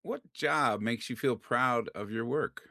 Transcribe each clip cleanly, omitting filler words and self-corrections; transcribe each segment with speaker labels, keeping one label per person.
Speaker 1: What job makes you feel proud of your work?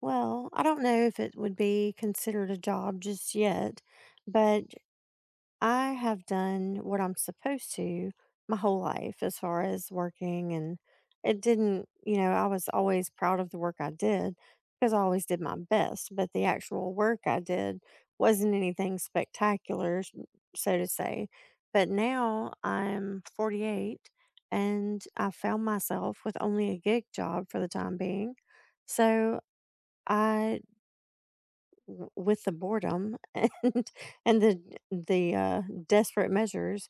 Speaker 2: Well, I don't know if it would be considered a job just yet, but I have done what I'm supposed to my whole life as far as working. And it didn't, I was always proud of the work I did because I always did my best, but the actual work I did wasn't anything spectacular, so to say. But now I'm 48 and I found myself with only a gig job for the time being. So, I with the boredom and the desperate measures,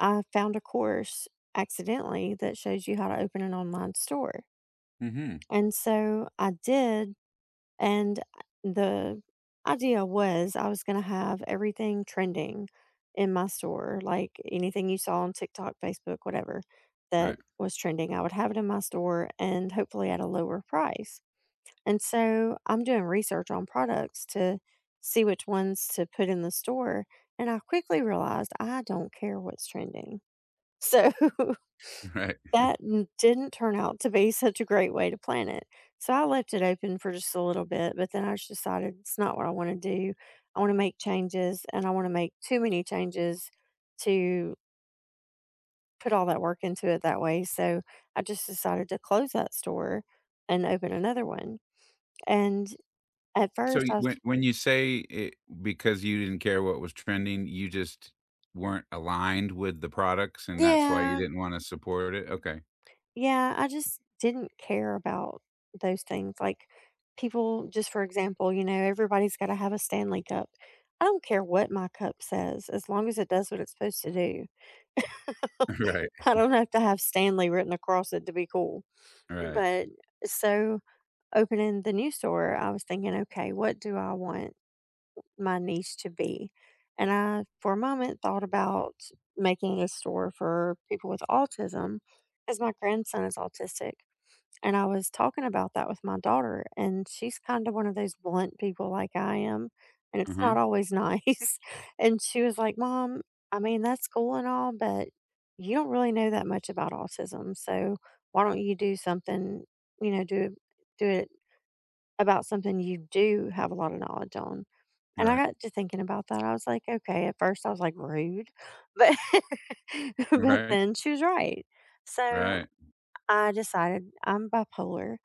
Speaker 2: I found a course accidentally that shows you how to open an online store.
Speaker 1: Mhm.
Speaker 2: And so I did, and the idea was I was going to have everything trending in my store, like anything you saw on TikTok, Facebook, whatever that
Speaker 1: Right,
Speaker 2: was trending. I would have it in my store and hopefully at a lower price. And so I'm doing research on products to see which ones to put in the store. And I quickly realized I don't care what's trending. So
Speaker 1: right.
Speaker 2: that didn't turn out to be such a great way to plan it. So I left it open for just a little bit, but then I just decided it's not what I want to do. I want to make changes and I want to make too many changes to put all that work into it that way. So I just decided to close that store and open another one. And at
Speaker 1: So,
Speaker 2: first,
Speaker 1: y
Speaker 2: I.
Speaker 1: when you say it because you didn't care what was trending, you just weren't aligned with the products, and that's why you
Speaker 2: Yeah,
Speaker 1: didn't wanna support it? Okay.
Speaker 2: yeah, I just didn't care about those things, like, people just for example, everybody's gotta have a Stanley Cup. I don't care what my cup says as long as it does what it's supposed to do.
Speaker 1: Right,
Speaker 2: I don't have to have Stanley written across it to be cool,
Speaker 1: right.
Speaker 2: but so, opening the new store, I was thinking, "Okay, what do I want my niche to be?" And I, for a moment, thought about making a store for people with autism, as my grandson is autistic. And I was talking about that with my daughter, and she's kind of one of those blunt people like I am, and it's
Speaker 1: Uh-huh.
Speaker 2: not always nice. And she was like, Mom, I mean, that's cool and all, but you don't really know that much about autism. So why don't you do something, you know, do, do it about something you do have a lot of knowledge on? And I
Speaker 1: Right.
Speaker 2: got to thinking about that. I was like, okay, at first I was like rude, but but
Speaker 1: Right,
Speaker 2: then she was right. So
Speaker 1: right.
Speaker 2: I decided I'm bipolar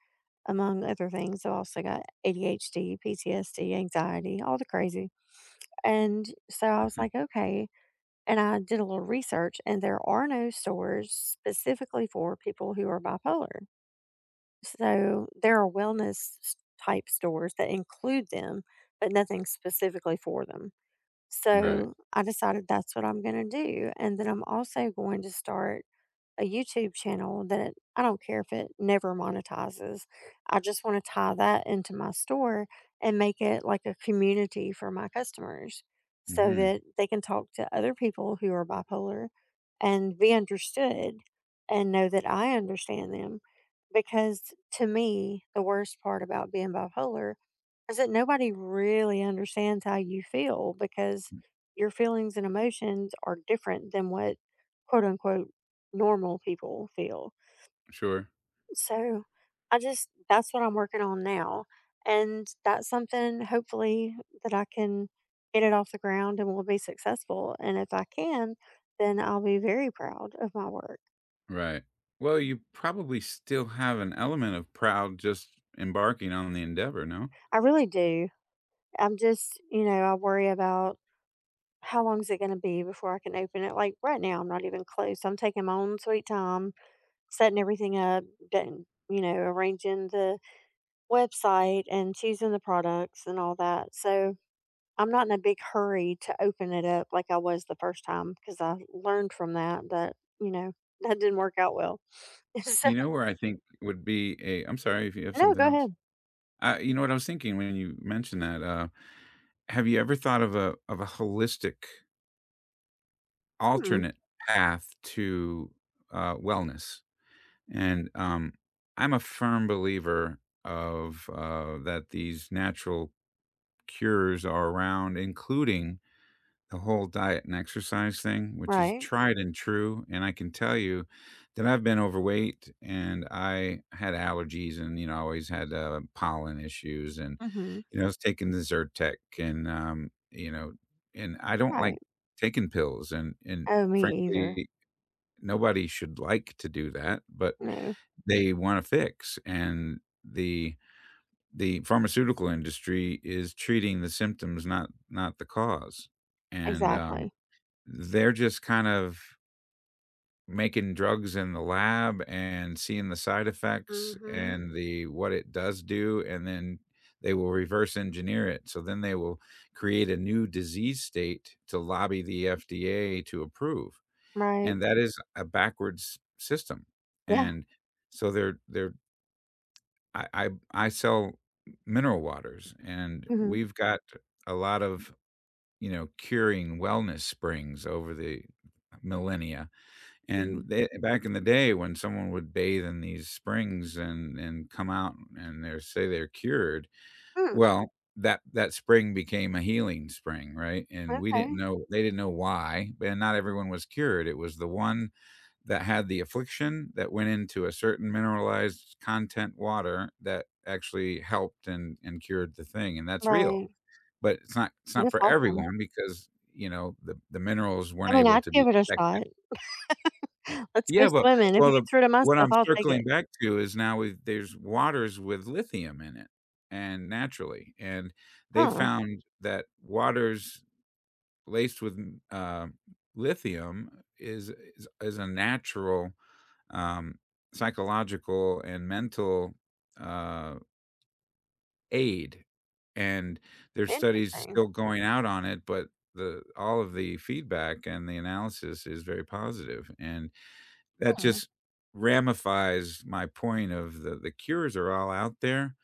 Speaker 2: among other things. I also got ADHD, PTSD, anxiety, all the crazy. And so I was like, okay. And I did a little research, and there are no stores specifically for people who are bipolar. So there are wellness s- type stores that include them, but nothing specifically for them.
Speaker 1: Right.
Speaker 2: So I decided that's what I'm going to do. And then I'm also going to start a YouTube channel that I don't care if it never monetizes. I just want to tie that into my store and make it like a community for my customers so
Speaker 1: Mhm.
Speaker 2: that they can talk to other people who are bipolar and be understood and know that I understand them. Because to me, the worst part about being bipolar is that nobody really understands how you feel because your feelings and emotions are different than what quote unquote normal people feel.
Speaker 1: Sure.
Speaker 2: So I just, that's what I'm working on now. And that's something hopefully that I can get it off the ground and will be successful. And if I can, then I'll be very proud of my work.
Speaker 1: Right. Well, you probably still have an element of proud just embarking on the endeavor, no?
Speaker 2: I really do. I'm just, I worry about how long is it gonna be before I can open it? Like, right now, I'm not even close. I'm taking my own sweet time, setting everything up, arranging the website and choosing the products and all that. So, I'm not in a big hurry to open it up like I was the first time because I learned from that that, you know, that didn't work out well. So.
Speaker 1: You know where I think would be a I'm sorry if you have
Speaker 2: No,
Speaker 1: something
Speaker 2: go
Speaker 1: else.
Speaker 2: ahead.
Speaker 1: What I was thinking when you mentioned that, have you ever thought of a holistic
Speaker 2: Mm,
Speaker 1: alternate path to, wellness? And, I'm a firm believer of, that these natural cures are around, including the whole diet and exercise thing, which is
Speaker 2: right.
Speaker 1: tried and true. And I can tell you that I've been overweight and I had allergies, and, I always had, pollen issues, and,
Speaker 2: Mhm.
Speaker 1: I was taking the Zyrtec, and, and I don't
Speaker 2: Right.
Speaker 1: like taking pills, and
Speaker 2: Oh, me either.
Speaker 1: frankly, nobody should like to do that, but
Speaker 2: No.
Speaker 1: they wanna fix. And the the pharmaceutical industry is treating the symptoms, not the cause, and,
Speaker 2: Exactly.
Speaker 1: they're just kind of making drugs in the lab and seeing the side effects
Speaker 2: Mhm.
Speaker 1: and the what it does do, and then they will reverse engineer it. So then they will create a new disease state to lobby the FDA to approve,
Speaker 2: Right.
Speaker 1: and that is a backwards system.
Speaker 2: Yeah.
Speaker 1: And so they're I sell mineral waters, and
Speaker 2: Mhm.
Speaker 1: we've got a lot of, curing wellness springs over the millennia. And
Speaker 2: Mhm.
Speaker 1: they back in the day when someone would bathe in these springs and come out and they say they're cured,
Speaker 2: Mm,
Speaker 1: well, that that spring became a healing spring, right? And we didn't
Speaker 2: okay.
Speaker 1: know they didn't know why, and not everyone was cured. It was the one that had the affliction that went into a certain mineralized content water that actually helped and cured the thing, and that's real.
Speaker 2: Right.
Speaker 1: But it's not
Speaker 2: That's
Speaker 1: for
Speaker 2: awesome.
Speaker 1: everyone because, the minerals
Speaker 2: I
Speaker 1: weren't
Speaker 2: mean,
Speaker 1: able
Speaker 2: I'd
Speaker 1: to be
Speaker 2: give it a shot.
Speaker 1: detected.
Speaker 2: Let's go
Speaker 1: Yeah, well
Speaker 2: swimming. If
Speaker 1: well,
Speaker 2: it
Speaker 1: the
Speaker 2: gets rid of my
Speaker 1: what
Speaker 2: stuff,
Speaker 1: I'm
Speaker 2: I'll take it.
Speaker 1: circling back to is now with there's waters with lithium in it, and naturally, and they
Speaker 2: Huh.
Speaker 1: found that waters laced with, m lithium is a natural, um, psychological and mental, uh, aid, and there's studies
Speaker 2: Interesting.
Speaker 1: still going out on it, but the all of the feedback and the analysis is very positive, and that
Speaker 2: Huh.
Speaker 1: just ramifies my point of the cures are all out there.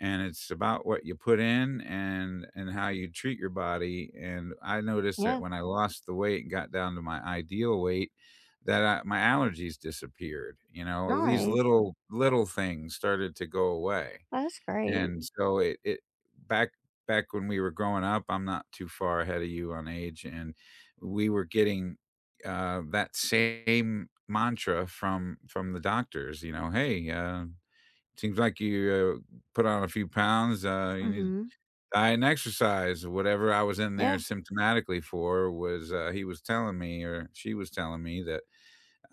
Speaker 1: And it's about what you put in and how you treat your body. And I noticed that
Speaker 2: Yeah.
Speaker 1: when I lost the weight and got down to my ideal weight, that my allergies disappeared. You know, these
Speaker 2: Nice.
Speaker 1: little things started to go away.
Speaker 2: Well, that's great.
Speaker 1: And so it back when we were growing up, I'm not too far ahead of you on age, and we were getting, that same mantra from the doctors. You know, "Hey, seems like you, put on a few pounds, you need
Speaker 2: hmm
Speaker 1: diet and exercise," whatever I was in there
Speaker 2: Yeah.
Speaker 1: symptomatically for was, he was telling me or she was telling me that,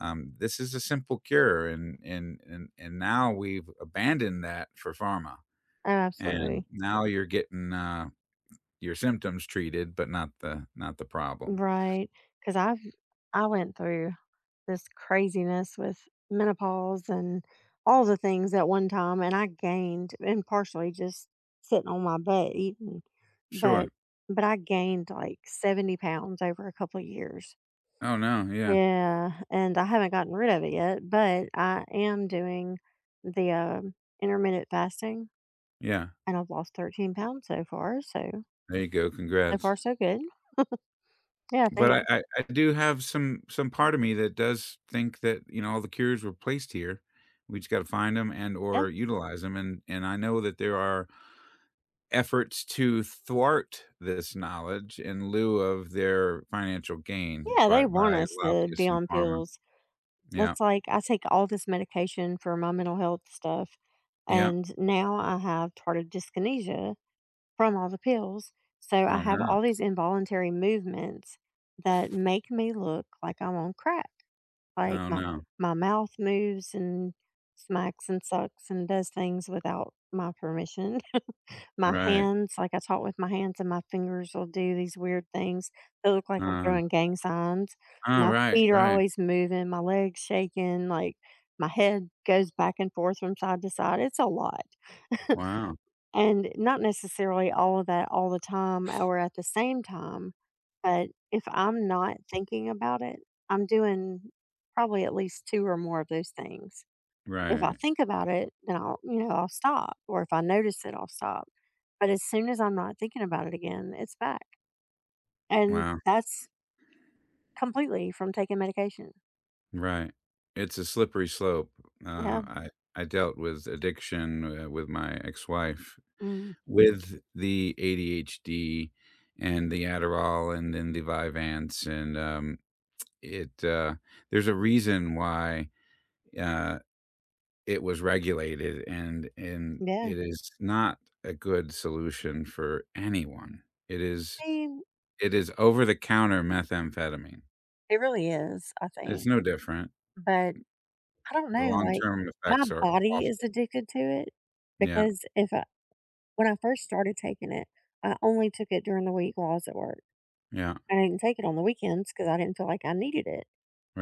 Speaker 1: this is a simple cure, and now we've abandoned that for pharma.
Speaker 2: Oh,
Speaker 1: And
Speaker 2: absolutely.
Speaker 1: now you're getting, your symptoms treated, but not the problem.
Speaker 2: Right. Because I went through this craziness with menopause and all the things at one time, and I gained and partially just sitting on my butt eating, but
Speaker 1: Sure.
Speaker 2: I gained like 70 pounds over a couple of years.
Speaker 1: Oh, no, yeah,
Speaker 2: Yeah, and I haven't gotten rid of it yet, but I am doing the intermittent fasting,
Speaker 1: yeah.
Speaker 2: and I've lost 13 pounds so far. So,
Speaker 1: There you go,
Speaker 2: so far,
Speaker 1: congrats.
Speaker 2: so good. Yeah,
Speaker 1: But I
Speaker 2: thanks.
Speaker 1: I I do have some part of me that does think that, you know, all the cures were placed here. We just gotta find them and
Speaker 2: Yeah,
Speaker 1: or utilize them. And I know that there are efforts to thwart this knowledge in lieu of their financial gain
Speaker 2: yeah, they
Speaker 1: by
Speaker 2: want us to be
Speaker 1: lobbyists and
Speaker 2: on
Speaker 1: pharma.
Speaker 2: pills.
Speaker 1: Yeah,
Speaker 2: That's like I take all this medication for my mental health stuff,
Speaker 1: yeah.
Speaker 2: and now I have tardive dyskinesia from all the pills. So I
Speaker 1: Oh,
Speaker 2: have
Speaker 1: no.
Speaker 2: all these involuntary movements that make me look like I'm on crack. Like,
Speaker 1: Oh,
Speaker 2: my
Speaker 1: no.
Speaker 2: my mouth moves and smacks and sucks and does things without my permission. My
Speaker 1: Right.
Speaker 2: hands, like, I talk with my hands, and my fingers will do these weird things that look like I'm
Speaker 1: uh
Speaker 2: throwing gang signs.
Speaker 1: Oh
Speaker 2: My
Speaker 1: right,
Speaker 2: feet are
Speaker 1: right.
Speaker 2: always moving, my legs shaking, like, my head goes back and forth from side to side. It's a lot.
Speaker 1: Wow.
Speaker 2: And not necessarily all of that all the time or at the same time, but if I'm not thinking about it, I'm doing probably at least 2 or more of those things. If I
Speaker 1: Right.
Speaker 2: think about it, then I'll, I'll stop, or if I notice it, I'll stop. But as soon as I'm not thinking about it again, it's back. And
Speaker 1: Wow.
Speaker 2: that's completely from taking medication.
Speaker 1: Right. It's a slippery slope. Uh,
Speaker 2: Yeah.
Speaker 1: I I dealt with addiction, with my ex-wife,
Speaker 2: Mm,
Speaker 1: with the ADHD and the Adderall and then the Vyvanse, and, it, uh there's a reason why, uh, it was regulated, and
Speaker 2: yeah.
Speaker 1: it is not a good solution for anyone. It is
Speaker 2: I mean,
Speaker 1: it is over-the-counter methamphetamine.
Speaker 2: it really is, I think.
Speaker 1: It's no different.
Speaker 2: But I don't
Speaker 1: The
Speaker 2: know, like,
Speaker 1: long-term
Speaker 2: my
Speaker 1: effects are
Speaker 2: body is
Speaker 1: awful.
Speaker 2: addicted to it
Speaker 1: Yeah,
Speaker 2: because if I when I first started taking it, I only took it during the week while I was at work.
Speaker 1: yeah,
Speaker 2: I didn't take it on the weekends because I didn't feel like I needed it,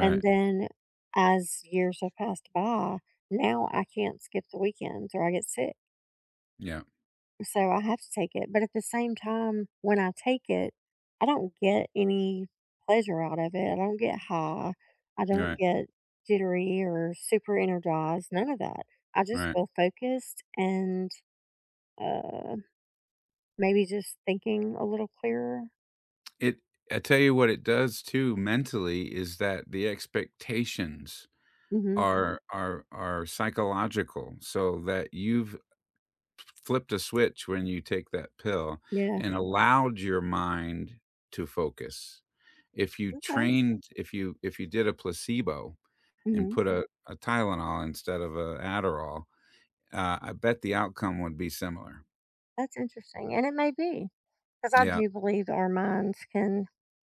Speaker 2: and then as years have passed by, now I can't skip the weekends or I get sick.
Speaker 1: Yeah,
Speaker 2: So I have to take it, but at the same time, when I take it, I don't get any pleasure out of it. I don't get high. I don't
Speaker 1: right,
Speaker 2: get jittery or super energized, none of that. I just
Speaker 1: right.
Speaker 2: feel focused and uh maybe just thinking a little clearer.
Speaker 1: It I tell you what it does too mentally is that the expectations
Speaker 2: Mhm.
Speaker 1: are psychological, so that you've flipped a switch when you take that pill
Speaker 2: Yeah.
Speaker 1: and allowed your mind to focus. If you
Speaker 2: Okay.
Speaker 1: trained if you did a placebo and
Speaker 2: Mhm.
Speaker 1: put a Tylenol instead of a Adderall, I bet the outcome would be similar.
Speaker 2: That's interesting. And it may be cuz I
Speaker 1: Yeah.
Speaker 2: do believe our minds can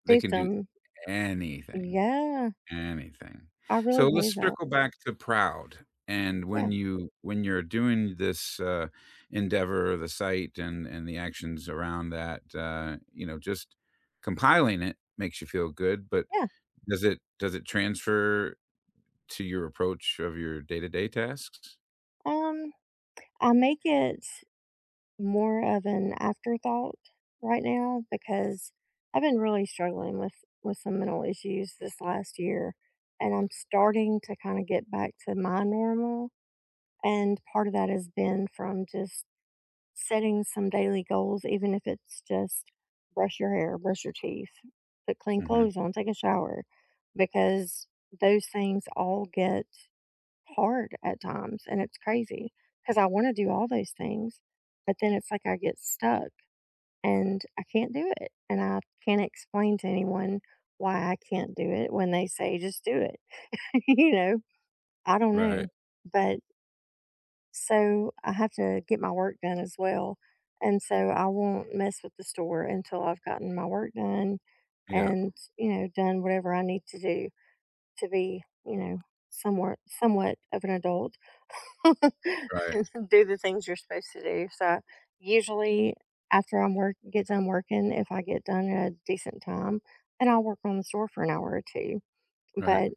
Speaker 1: They
Speaker 2: do
Speaker 1: can do
Speaker 2: some.
Speaker 1: anything,
Speaker 2: Yeah,
Speaker 1: anything.
Speaker 2: I really
Speaker 1: So let's
Speaker 2: believe that.
Speaker 1: circle back to Proud, and
Speaker 2: Yeah.
Speaker 1: when you when you're doing this, endeavor, the site and the actions around that, you know, just compiling it makes you feel good, but
Speaker 2: Yeah.
Speaker 1: does it transfer to your approach of your day-to-day tasks?
Speaker 2: Um I make it more of an afterthought right now because I've been really struggling with some mental issues this last year and I'm starting to kind of get back to my normal and part of that has been from just setting some daily goals even if it's just brush your hair, brush your teeth, put clean
Speaker 1: Mhm.
Speaker 2: clothes on, take a shower because those things all get hard at times and it's crazy because I want to do all those things but then it's like I get stuck and I can't do it. And I can't explain to anyone why I can't do it when they say, just do it. you know, I don't know.
Speaker 1: Right.
Speaker 2: But so I have to get my work done as well. And so I won't mess with the store until I've gotten my work done
Speaker 1: Yeah.
Speaker 2: and, done whatever I need to do to be, somewhat of an adult.
Speaker 1: Right.
Speaker 2: Do the things you're supposed to do. So usually after I'm work get done working, if I get done at a decent time, then I'll work on the store for an hour or two.
Speaker 1: Right.
Speaker 2: But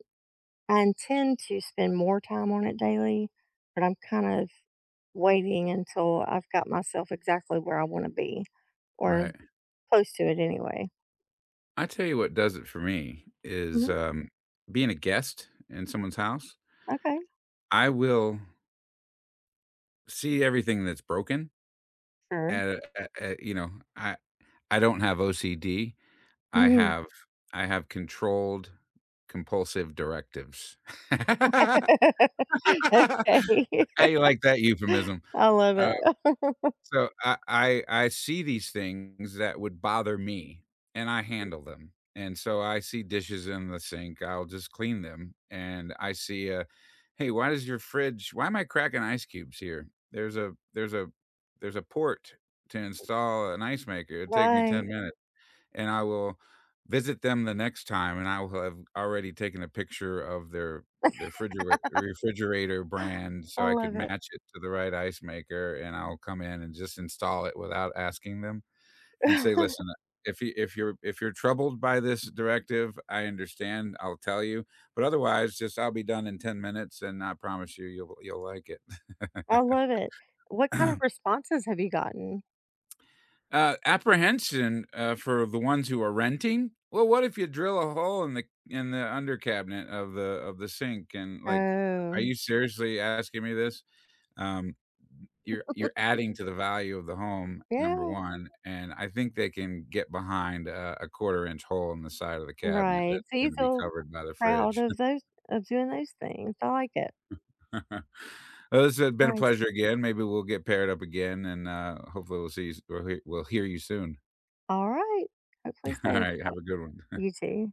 Speaker 2: I intend to spend more time on it daily, but I'm kind of waiting until I've got myself exactly where I want to be or
Speaker 1: Right.
Speaker 2: close to it anyway.
Speaker 1: I tell you what does it for me is,
Speaker 2: hmm
Speaker 1: being a guest in someone's house.
Speaker 2: Okay,
Speaker 1: I will see everything that's broken,
Speaker 2: sure.
Speaker 1: you know, I don't have OCD, I
Speaker 2: Mhm.
Speaker 1: have I have controlled compulsive directives. How
Speaker 2: Okay.
Speaker 1: you like that euphemism?
Speaker 2: I love
Speaker 1: Uh
Speaker 2: it.
Speaker 1: So I see these things that would bother me, and I handle them, and so I see dishes in the sink, I'll just clean them, and I see a, "Hey, why does your fridge why am I cracking ice cubes here? There's a port to install an ice maker, it'd take me 10
Speaker 2: Right.
Speaker 1: minutes." And I will visit them the next time, and I will have already taken a picture of their frigerate refrigerator brand
Speaker 2: I
Speaker 1: so I could
Speaker 2: love it.
Speaker 1: match it to the right ice maker, and I'll come in and just install it without asking them and say, "Listen, if you if you're troubled by this directive, I understand, I'll tell you, but otherwise, just I'll be done in 10 minutes, and I promise you, you'll like it."
Speaker 2: I love it. What kind of responses have you gotten?
Speaker 1: Apprehension, for the ones who are renting? Well, what if you drill a hole in the under cabinet of the sink and, like, "Are
Speaker 2: Oh.
Speaker 1: you seriously asking me this?" Um, you're adding to the value of the home, number
Speaker 2: Yeah.
Speaker 1: 1, and I think they can get behind a quarter-inch hole in the side of the cabinet
Speaker 2: Right.
Speaker 1: that's
Speaker 2: So you
Speaker 1: gonna be
Speaker 2: feel
Speaker 1: covered by the
Speaker 2: proud
Speaker 1: fridge.
Speaker 2: of doing those things. I like it.
Speaker 1: Well, this has been a
Speaker 2: Nice.
Speaker 1: pleasure again. Maybe we'll get paired up again, and, hopefully we'll hear you soon.
Speaker 2: All right. Hopefully
Speaker 1: All
Speaker 2: so.
Speaker 1: right, have a good one.
Speaker 2: You too.